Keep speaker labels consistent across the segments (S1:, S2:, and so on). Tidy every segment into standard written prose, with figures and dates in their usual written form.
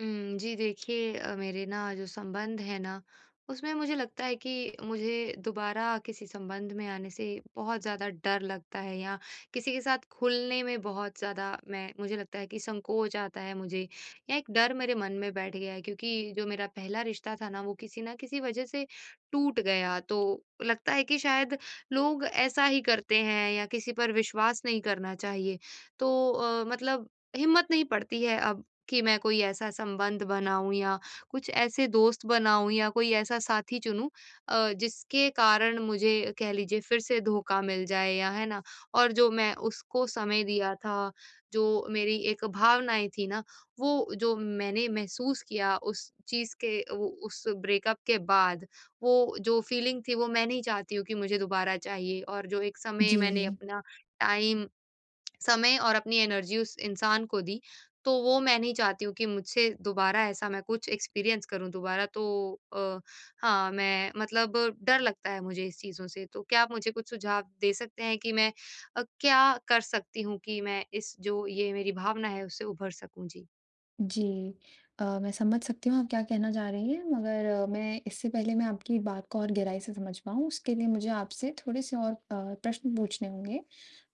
S1: हुँ, जी देखिए मेरे ना जो संबंध है ना, उसमें मुझे लगता है कि मुझे दोबारा किसी संबंध में आने से बहुत ज़्यादा डर लगता है या किसी के साथ खुलने में बहुत ज़्यादा मैं मुझे लगता है कि संकोच आता है मुझे या एक डर मेरे मन में बैठ गया है क्योंकि जो मेरा पहला रिश्ता था ना, वो किसी न किसी वजह से टूट गया। तो लगता है कि शायद लोग ऐसा ही करते हैं या किसी पर विश्वास नहीं करना चाहिए। तो मतलब हिम्मत नहीं पड़ती है अब कि मैं कोई ऐसा संबंध बनाऊँ या कुछ ऐसे दोस्त बनाऊँ या कोई ऐसा साथी चुनूँ जिसके कारण मुझे कह लीजिए फिर से धोखा मिल जाए या है ना? और जो मैं उसको समय दिया था, जो मेरी एक भावनाएँ थी ना, वो जो मैंने महसूस किया उस चीज़ के वो उस ब्रेकअप के बाद, वो जो फीलिंग थी वो मैं नहीं चाहती हूँ कि मुझे दोबारा चाहिए और जो एक समय
S2: जी,
S1: मैंने अपना टाइम समय और अपनी एनर्जी उस इंसान को दी, तो वो मैं नहीं चाहती हूँ कि मुझसे दोबारा ऐसा मैं कुछ एक्सपीरियंस करूँ दोबारा तो अ, हाँ, मैं मतलब डर लगता है मुझे इस चीज़ों से। तो क्या आप मुझे कुछ सुझाव दे सकते हैं कि मैं क्या कर सकती हूँ कि मैं इस जो ये मेरी भावना है उससे उभर सकूँ? जी।
S2: जी। मैं समझ सकती हूँ आप क्या कहना चाह रही हैं, मगर मैं इससे पहले मैं आपकी बात को और गहराई से समझ पाऊँ, उसके लिए मुझे आपसे थोड़े-से और प्रश्न पूछने होंगे।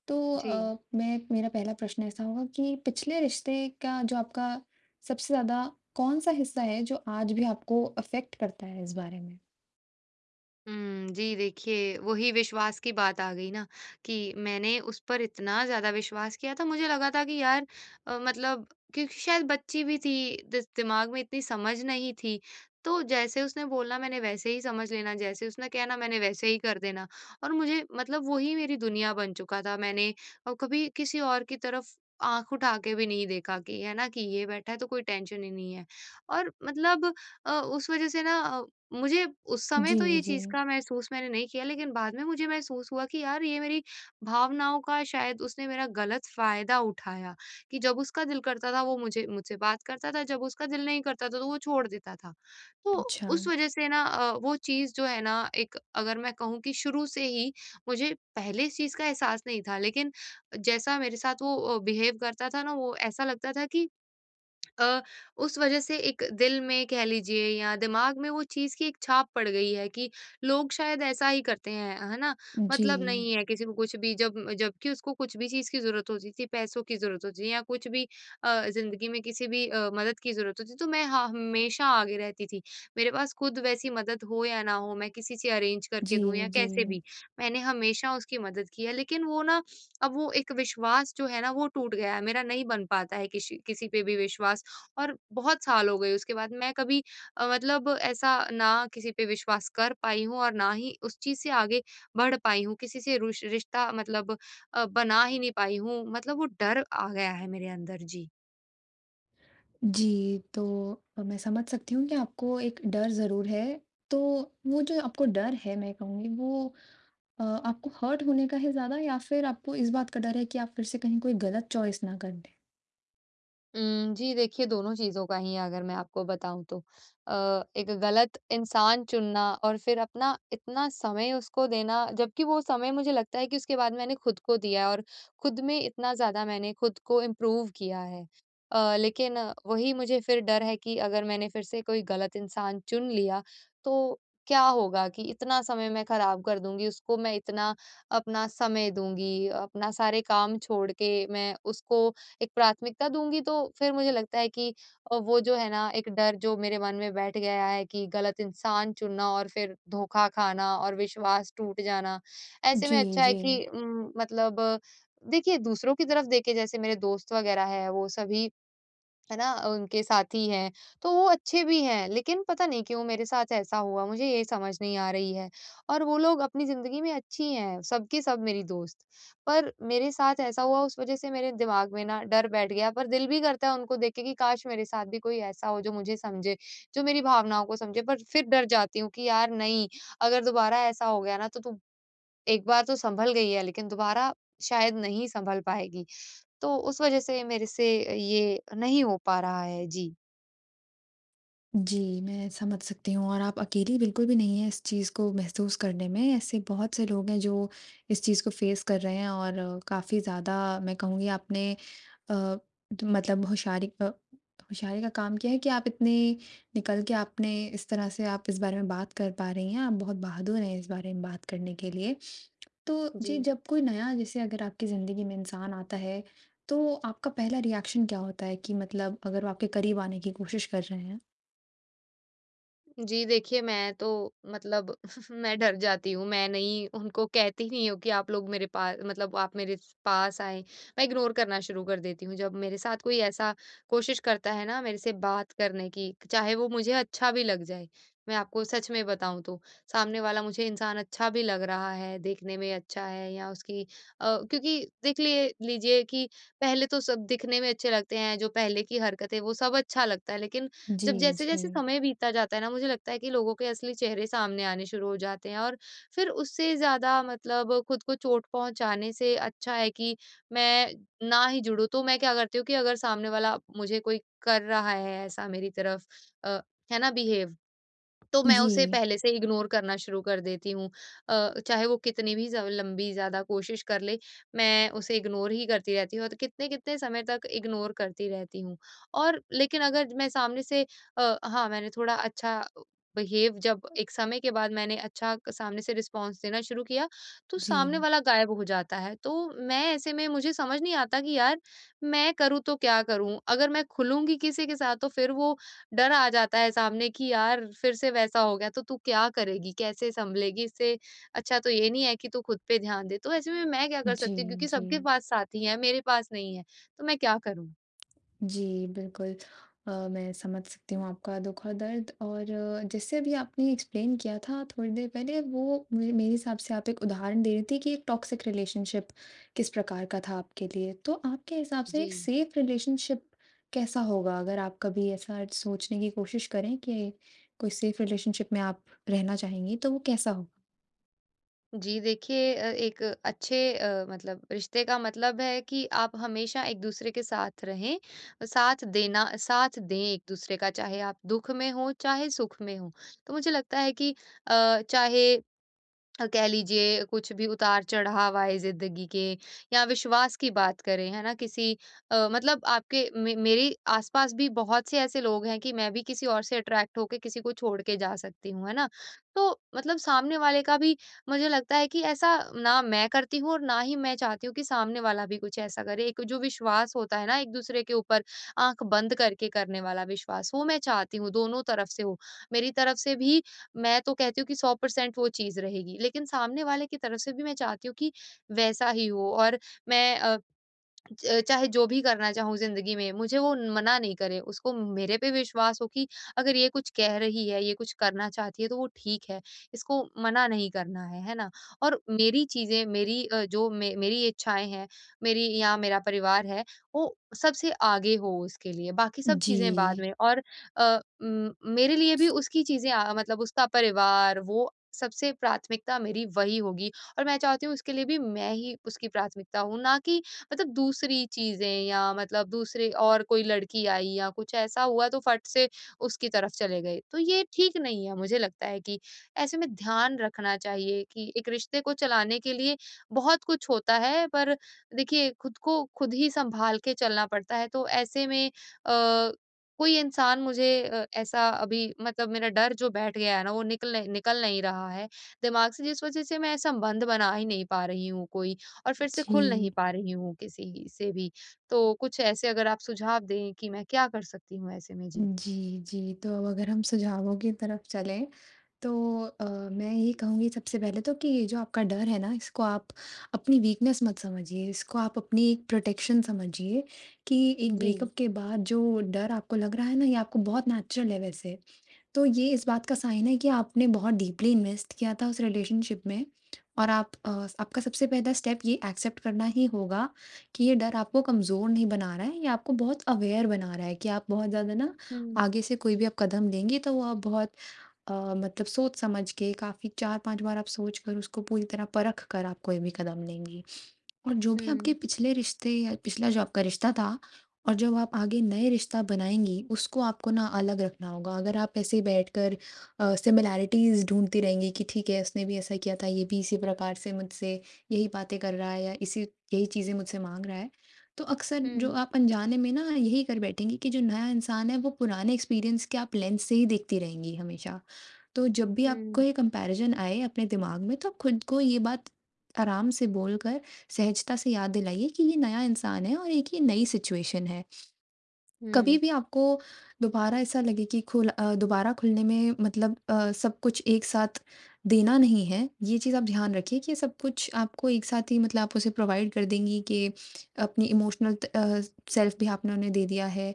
S2: तो
S1: जी।
S2: मैं मेरा पहला प्रश्न ऐसा होगा कि पिछले रिश्ते का जो आपका सबसे ज़्यादा कौन-सा हिस्सा है, जो आज भी आपको अफ़ेक्ट करता है इस बारे में?
S1: हुँ, जी देखिए, वही विश्वास की बात आ गई ना कि मैंने उस पर इतना ज़्यादा विश्वास किया था, मुझे लगा था कि यार मतलब क्योंकि शायद बच्ची भी थी, दिस दिमाग में इतनी समझ नहीं थी, तो जैसे उसने बोलना मैंने वैसे ही समझ लेना, जैसे उसने कहना मैंने वैसे ही कर देना और मुझे मतलब वही मेरी दुनिया बन चुका था। मैंने कभी किसी और की तरफ आँख उठा के भी नहीं देखा कि है ना कि ये बैठा है तो कोई टेंशन ही नहीं है और मतलब उस वज़ह से ना मुझे उस समय
S2: जी,
S1: तो ये
S2: जी।
S1: चीज़ का महसूस मैंने नहीं किया, लेकिन बाद में मुझे महसूस हुआ कि यार ये मेरी भावनाओं का शायद उसने मेरा गलत फ़ायदा उठाया, कि जब उसका दिल करता था वो मुझे मुझसे बात करता था, जब उसका दिल नहीं करता था तो वो छोड़ देता था। तो
S2: अच्छा।
S1: उस वज़ह से ना वो चीज़ जो है ना एक अगर मैं कहूँ कि शुरू से ही मुझे पहले इस चीज़ का एहसास नहीं था, लेकिन जैसा मेरे साथ वो बिहेव करता था ना, वो ऐसा लगता था कि अ, उस वजह से एक दिल में कह लीजिए या दिमाग में वो चीज़ की एक छाप पड़ गई है कि लोग शायद ऐसा ही करते हैं, है ना? मतलब
S2: जी,
S1: नहीं है किसी को कुछ भी जब जबकि उसको कुछ भी चीज़ की ज़रूरत होती थी, पैसों की ज़रूरत होती थी या कुछ भी ज़िंदगी में किसी भी मदद की ज़रूरत होती, तो मैं ह हमेशा आगे रहती थी। मेरे पास खुद वैसी मदद हो या ना हो, मैं किसी से अरेंज करके
S2: जी,
S1: दूँ या
S2: जी।
S1: कैसे भी, मैंने हमेशा उसकी मदद की है। लेकिन वो ना अब वो एक विश्वास जो है ना, वो टूट गया है, मेरा नहीं बन पाता है किसी किसी पे भी विश्वास। और बहुत साल हो गए उसके बाद मैं कभी मतलब ऐसा ना किसी पे विश्वास कर पाई हूँ और ना ही उस चीज़ से आगे बढ़ पाई हूँ। किसी से रुश रिश्ता मतलब बना ही नहीं पाई हूँ। मतलब वो डर आ गया है मेरे अंदर। जी।
S2: जी, तो मैं समझ सकती हूँ कि आपको एक डर ज़रूर है। तो वो जो आपको डर है, मैं कहूँगी वो आपको हर्ट होने का है ज़्यादा, या फिर आपको इस बात का डर है कि आप फिर से कहीं कोई गलत चॉइस ना कर दें?
S1: जी देखिए, दोनों चीज़ों का ही है अगर मैं आपको बताऊँ तो। एक गलत इंसान चुनना और फिर अपना इतना समय उसको देना, जबकि वो समय मुझे लगता है कि उसके बाद मैंने खुद को दिया है और खुद में इतना ज़्यादा मैंने खुद को इम्प्रूव किया है। लेकिन वही मुझे फिर डर है कि अगर मैंने फिर से कोई गलत इंसान चुन लिया, तो क्या होगा कि इतना समय मैं खराब कर दूँगी, उसको मैं इतना अपना समय दूँगी, अपना सारे काम छोड़ के मैं उसको एक प्राथमिकता दूँगी तो फिर मुझे लगता है कि वो जो है ना एक डर जो मेरे मन में बैठ गया है कि गलत इंसान चुनना और फिर धोखा खाना और विश्वास टूट जाना। ऐसे में
S2: जी,
S1: अच्छा है
S2: जी।
S1: कि मतलब देखिए दूसरों की तरफ देखे जैसे मेरे दोस्त वगैरह हैं वो सभी है ना? उनके साथी हैं, तो वो अच्छे भी हैं, लेकिन पता नहीं क्यों मेरे साथ ऐसा हुआ, मुझे ये समझ नहीं आ रही है। और वो लोग अपनी ज़िंदगी में अच्छी हैं, सब की सब मेरी दोस्त। पर मेरे साथ ऐसा हुआ, उस वज़ह से मेरे दिमाग में ना डर बैठ गया, पर दिल भी करता है उनको देख के कि काश मेरे साथ भी कोई ऐसा हो जो मुझे समझे, जो मेरी भावनाओं को समझे। पर फिर डर जाती हूँ कि यार नहीं, अगर दोबारा ऐसा हो गया ना, तो तू एक बार तो सँभल गई है, लेकिन दोबारा शायद नहीं सँभल पाएगी। तो उस वज़ह से मेरे से ये नहीं हो पा रहा है। जी।
S2: जी, मैं समझ सकती हूँ, और आप अकेली बिल्कुल भी नहीं हैं इस चीज़ को महसूस करने में। ऐसे बहुत से लोग हैं जो इस चीज़ को फ़ेस कर रहे हैं और काफ़ी ज़्यादा मैं कहूँगी आपने अ, तो मतलब होशियारी का काम क्या है कि आप इतने निकल के आपने इस तरह से आप इस बारे में बात कर पा रही हैं, आप बहुत बहादुर हैं इस बारे में बात करने के लिए। तो
S1: जी।
S2: जी, जब कोई नया, जैसे अगर आपकी ज़िंदगी में इंसान आता है, तो आपका पहला रिएक्शन क्या होता है कि मतलब अगर वो आपके करीब आने की कोशिश कर रहे हैं?
S1: जी, देखिए मैं तो मतलब मैं डर जाती हूँ, मैं नहीं उनको कहती नहीं हूँ कि आप लोग मेरे पा मतलब आप मेरे स पास आएँ। मैं इग्नोर करना शुरू कर देती हूँ, जब मेरे साथ कोई ऐसा कोशिश करता है ना मेरे से बात करने की, चाहे वो मुझे अच्छा भी लग जाए। मैं आपको सच में बताऊँ तो, सामने वाला मुझे इंसान अच्छा भी लग रहा है, देखने में अच्छा है या उसकी क्योंकि देख लिए लीजिए कि पहले तो सब दिखने में अच्छे लगते हैं, जो पहले की हरकत है वो सब अच्छा लगता है, लेकिन
S2: जी,
S1: जब
S2: जी।
S1: जैसे-जैसे समय बीतता जाता है ना, मुझे लगता है कि लोगों के असली चेहरे सामने आने शुरू हो जाते हैं और फिर उससे ज़्यादा मतलब खुद को चोट पहुँचाने से अच्छा है कि मैं ना ही जुड़ूँ। तो मैं क्या करती हूँ कि अगर सामने वाला मुझे कोई कर रहा है ऐसा मेरी तरफ अ, है ना बिहेव, तो मैं
S2: जी।
S1: उसे पहले से इग्नोर करना शुरू कर देती हूँ। चाहे वो कितनी भी ज़्यादा लंबी ज़्यादा कोशिश कर ले, मैं उसे इग्नोर ही करती रहती हूँ और कितने-कितने समय तक इग्नोर करती रहती हूँ। और लेकिन अगर मैं सामने से हाँ, मैंने थोड़ा अच्छा बिहेव जब एक समय के बाद मैंने अच्छा क सामने से रिस्पॉन्स देना शुरू किया, तो सामने
S2: जी,
S1: वाला गायब हो जाता है। तो मैं ऐसे में मुझे समझ नहीं आता कि यार, मैं करूँ तो क्या करूँ? अगर मैं खुलूँगी किसी के साथ तो फिर वो डर आ जाता है सामने कि यार फिर से वैसा हो गया तो तू क्या करेगी? कैसे सँभलेगी इससे? अच्छा तो ये नहीं है कि तू खुद पे ध्यान दे। तो ऐसे में मैं क्या कर
S2: जी,
S1: सकती हूँ क्योंकि
S2: जी।
S1: सबके पास साथी हैं, मेरे पास नहीं है, तो मैं क्या करूँ?
S2: जी, बिल्कुल। मैं समझ सकती हूँ आपका दुःख और दर्द, और जैसे अभी आपने एक्सप्लेन किया था थोड़ी देर पहले, वो मे मेरे हिसाब से आप एक उदाहरण दे रही थी कि एक टॉक्सिक रिलेशनशिप किस प्रकार का था आपके लिए। तो आपके हिसाब से
S1: जी।
S2: एक सेफ रिलेशनशिप कैसा होगा? अगर आप कभी ऐसा सोचने की कोशिश करें कि कोई सेफ रिलेशनशिप में आप रहना चाहेंगी, तो वो कैसा होगा?
S1: जी, देखिए एक अच्छे मतलब रिश्ते का मतलब है कि आप हमेशा एक-दूसरे के साथ रहें, और साथ देना साथ दें एक-दूसरे का, चाहे आप दुःख में हों, चाहे सुख में हों। तो मुझे लगता है कि चाहे कह लीजिए कुछ भी उतार-चढ़ाव आए ज़िंदगी के या विश्वास की बात करें, है ना? किसी मतलब आपके मे मेरे आस-पास भी बहुत से ऐसे लोग हैं कि मैं भी किसी और से अट्रैक्ट होके किसी को छोड़ के जा सकती हूँ, है ना? तो मतलब सामने वाले का भी मुझे लगता है कि ऐसा ना मैं करती हूँ और ना ही मैं चाहती हूँ कि सामने वाला भी कुछ ऐसा करे। एक जो विश्वास होता है ना एक-दूसरे के ऊपर आँख बंद करके करने वाला विश्वास, वो मैं चाहती हूँ, दोनों तरफ से हो। मेरी तरफ से भी मैं तो कहती हूँ कि 100% वो चीज़ रहेगी। लेकिन सामने वाले की तरफ से भी मैं चाहती हूँ कि वैसा ही हो और मैं च चाहे जो भी करना चाहूँ ज़िंदगी में, मुझे वो मना नहीं करे, उसको मेरे पे विश्वास हो कि अगर ये कुछ कह रही है, ये कुछ करना चाहती है तो वो ठीक है, इसको मना नहीं करना है ना? और मेरी चीज़ें, मेरी जो मे मेरी इच्छाएँ हैं, मेरी या मेरा परिवार है, वो सबसे आगे हो उसके लिए, बाकी सब चीज़ें बाद
S2: जी,
S1: में और मेरे लिए भी उसकी चीज़ें मतलब उसका परिवार वो सबसे प्राथमिकता मेरी वही होगी और मैं चाहती हूँ उसके लिए भी मैं ही उसकी प्राथमिकता हूँ, ना कि मतलब दूसरी चीज़ें या मतलब दूसरे और कोई लड़की आई या कुछ ऐसा हुआ तो फट से उसकी तरफ चले गए। तो ये ठीक नहीं है मुझे लगता है कि ऐसे में ध्यान रखना चाहिए कि एक रिश्ते को चलाने के लिए बहुत कुछ होता है पर देखिए खुद को खुद ही सँभाल के चलना पड़ता है। तो ऐसे में अ, कोई इंसान मुझे ऐसा अभी मतलब मेरा डर जो बैठ गया है ना वो निकल नहीं रहा है दिमाग से जिस वज़ह से मैं संबंध बना ही नहीं पा रही हूँ कोई। और फिर से खुल नहीं
S2: जी।
S1: पा रही हूँ किसी से भी। तो कुछ ऐसे अगर आप सुझाव दें कि मैं क्या कर सकती हूँ ऐसे में? जी।
S2: जी, जी। तो अब अगर हम सुझावों की तरफ चलें, तो अ, मैं ये कहूँगी सबसे पहले तो कि जो आपका डर है ना, इसको आप अपनी वीकनेस मत समझिए, इसको आप अपनी एक प्रोटेक्शन समझिए कि एक
S1: जी।
S2: ब्रेकअप के बाद जो डर आपको लग रहा है ना, ये आपको बहुत नेचुरल है वैसे। तो ये इस बात का साइन है कि आपने बहुत डीपली इन्वेस्ट किया था उस रिलेशनशिप में, और आपका सबसे पहला स्टेप ये एक्सेप्ट करना ही होगा कि ये डर आपको कमज़ोर नहीं बना रहा है, ये आपको बहुत अवेयर बना रहा है कि आप बहुत ज़्यादा ना,
S1: हुँ,
S2: आगे से कोई भी आप कदम लेंगे तो वो आप बहुत मतलब सोच समझ के, काफ़ी 4-5 बार आप सोच कर, उसको पूरी तरह परख कर आप कोई भी कदम लेंगी। और जो भी
S1: हुँ,
S2: आपके पिछले रिश्ते या पिछला जो आपका रिश्ता था, और जब आप आगे नए रिश्ता बनाएँगी, उसको आपको ना अलग रखना होगा। अगर आप ऐसे बैठकर सिमिलैरिटीज़ ढूँढती रहेंगी कि ठीक है, उसने भी ऐसा किया था, ये भी इसी प्रकार से मुझसे यही बातें कर रहा है, या इसी यही चीज़ें मुझसे माँग रहा है, तो अक्सर जो
S1: हुँ,
S2: आप अनजाने में ना यही कर बैठेंगी कि जो नया इंसान है, वो पुराने एक्सपीरियंस के आप लेंस से ही देखती रहेंगी हमेशा। तो जब भी आपको
S1: हुँ,
S2: ये कंपैरिज़न आए अपने दिमाग में, तो आप खुद को ये बात आराम से बोलकर, सहजता से याद दिलाइए कि ये नया इंसान है और एक ये नई सिचुएशन है। कभी
S1: हुँ,
S2: भी आपको दोबारा ऐसा लगे कि दोबारा खुलने में मतलब सब कुछ एक साथ देना नहीं है। ये चीज़ आप ध्यान रखिए कि सब कुछ आपको एक साथ ही मतलब आप उसे प्रोवाइड कर देंगी कि अपनी इमोशनल सेल्फ भी आपने उन्हें दे दिया है।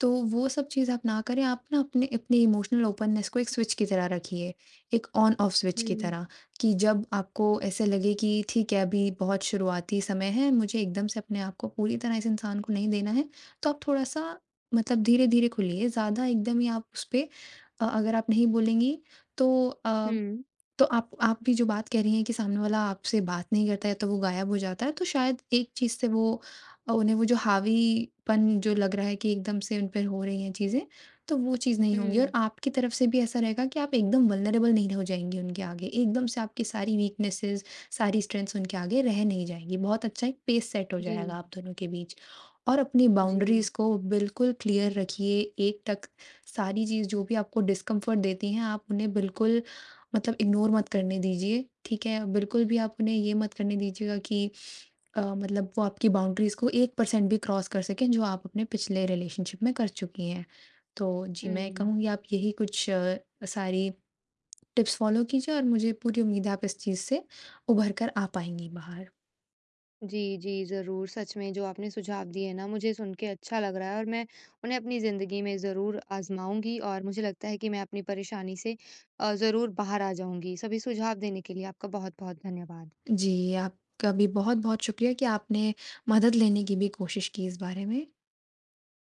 S2: तो वो सब चीज़ आप ना करें, आप ना अपने अपनी इमोशनल ओपननेस को एक स्विच की तरह रखिए, एक ऑन ऑफ स्विच की
S1: हुँ,
S2: तरह, कि जब आपको ऐसे लगे कि ठीक है, अभी बहुत शुरुआती समय है, मुझे एकदम से अपने आप को पूरी तरह इस इंसान को नहीं देना है, तो आप थोड़ा-सा मतलब धीरे-धीरे खुलिए, ज़्यादा एकदम ही आप उस पे अगर आप नहीं बोलेंगी, तो अ
S1: हुँ,
S2: तो आप भी जो बात कह रही हैं कि सामने वाला आपसे बात नहीं करता है तो वो गायब हो जाता है, तो शायद एक चीज़ से वो उन्हें वो जो हावीपन जो लग रहा है कि एकदम से उन पर हो रही हैं चीज़ें, तो वो चीज़ नहीं होंगी, और
S1: हुँ।
S2: आपकी तरफ से भी ऐसा रहेगा कि आप एकदम वल्नरेबल नहीं हो जाएँगी उनके आगे, एकदम से आपकी सारी वीकनेसेस, सारी स्ट्रेंथ्स उनके आगे रह नहीं जाएँगी। बहुत अच्छा एक पेस सेट हो
S1: जी,
S2: जाएगा आप दोनों के बीच, और अपनी
S1: जी,
S2: बाउंड्रीज़ को बिल्कुल क्लियर रखिए, एक तक सारी चीज़ जो भी आपको डिस्कम्फ़र्ट देती हैं, आप उन्हें बिल्कुल, मतलब इग्नोर मत करने दीजिए, ठीक है? बिल्कुल भी आप उन्हें ये मत करने दीजिएगा कि मतलब वो आपकी बाउंड्रीज़ को 1% भी क्रॉस कर सकें, जो आप अपने पिछले रिलेशनशिप में कर चुकी हैं। तो जी, मैं
S1: हुँ।
S2: कहूँगी आप यही कुछ सारी टिप्स फ़ॉलो कीजिए, और मुझे पूरी उम्मीद है आप इस चीज़ से उभर कर आ पाएँगी बाहर।
S1: जी, जी, ज़रूर। सच में जो आपने सुझाव दिए ना मुझे सुन के अच्छा लग रहा है और मैं उन्हें अपनी ज़िंदगी में ज़रूर आज़माऊँगी और मुझे लगता है कि मैं अपनी परेशानी से ज़रूर बाहर आ जाऊँगी। सभी सुझाव देने के लिए आपका बहुत-बहुत धन्यवाद।
S2: जी, आपका भी बहुत-बहुत शुक्रिया कि आपने मदद लेने की भी कोशिश की इस बारे में।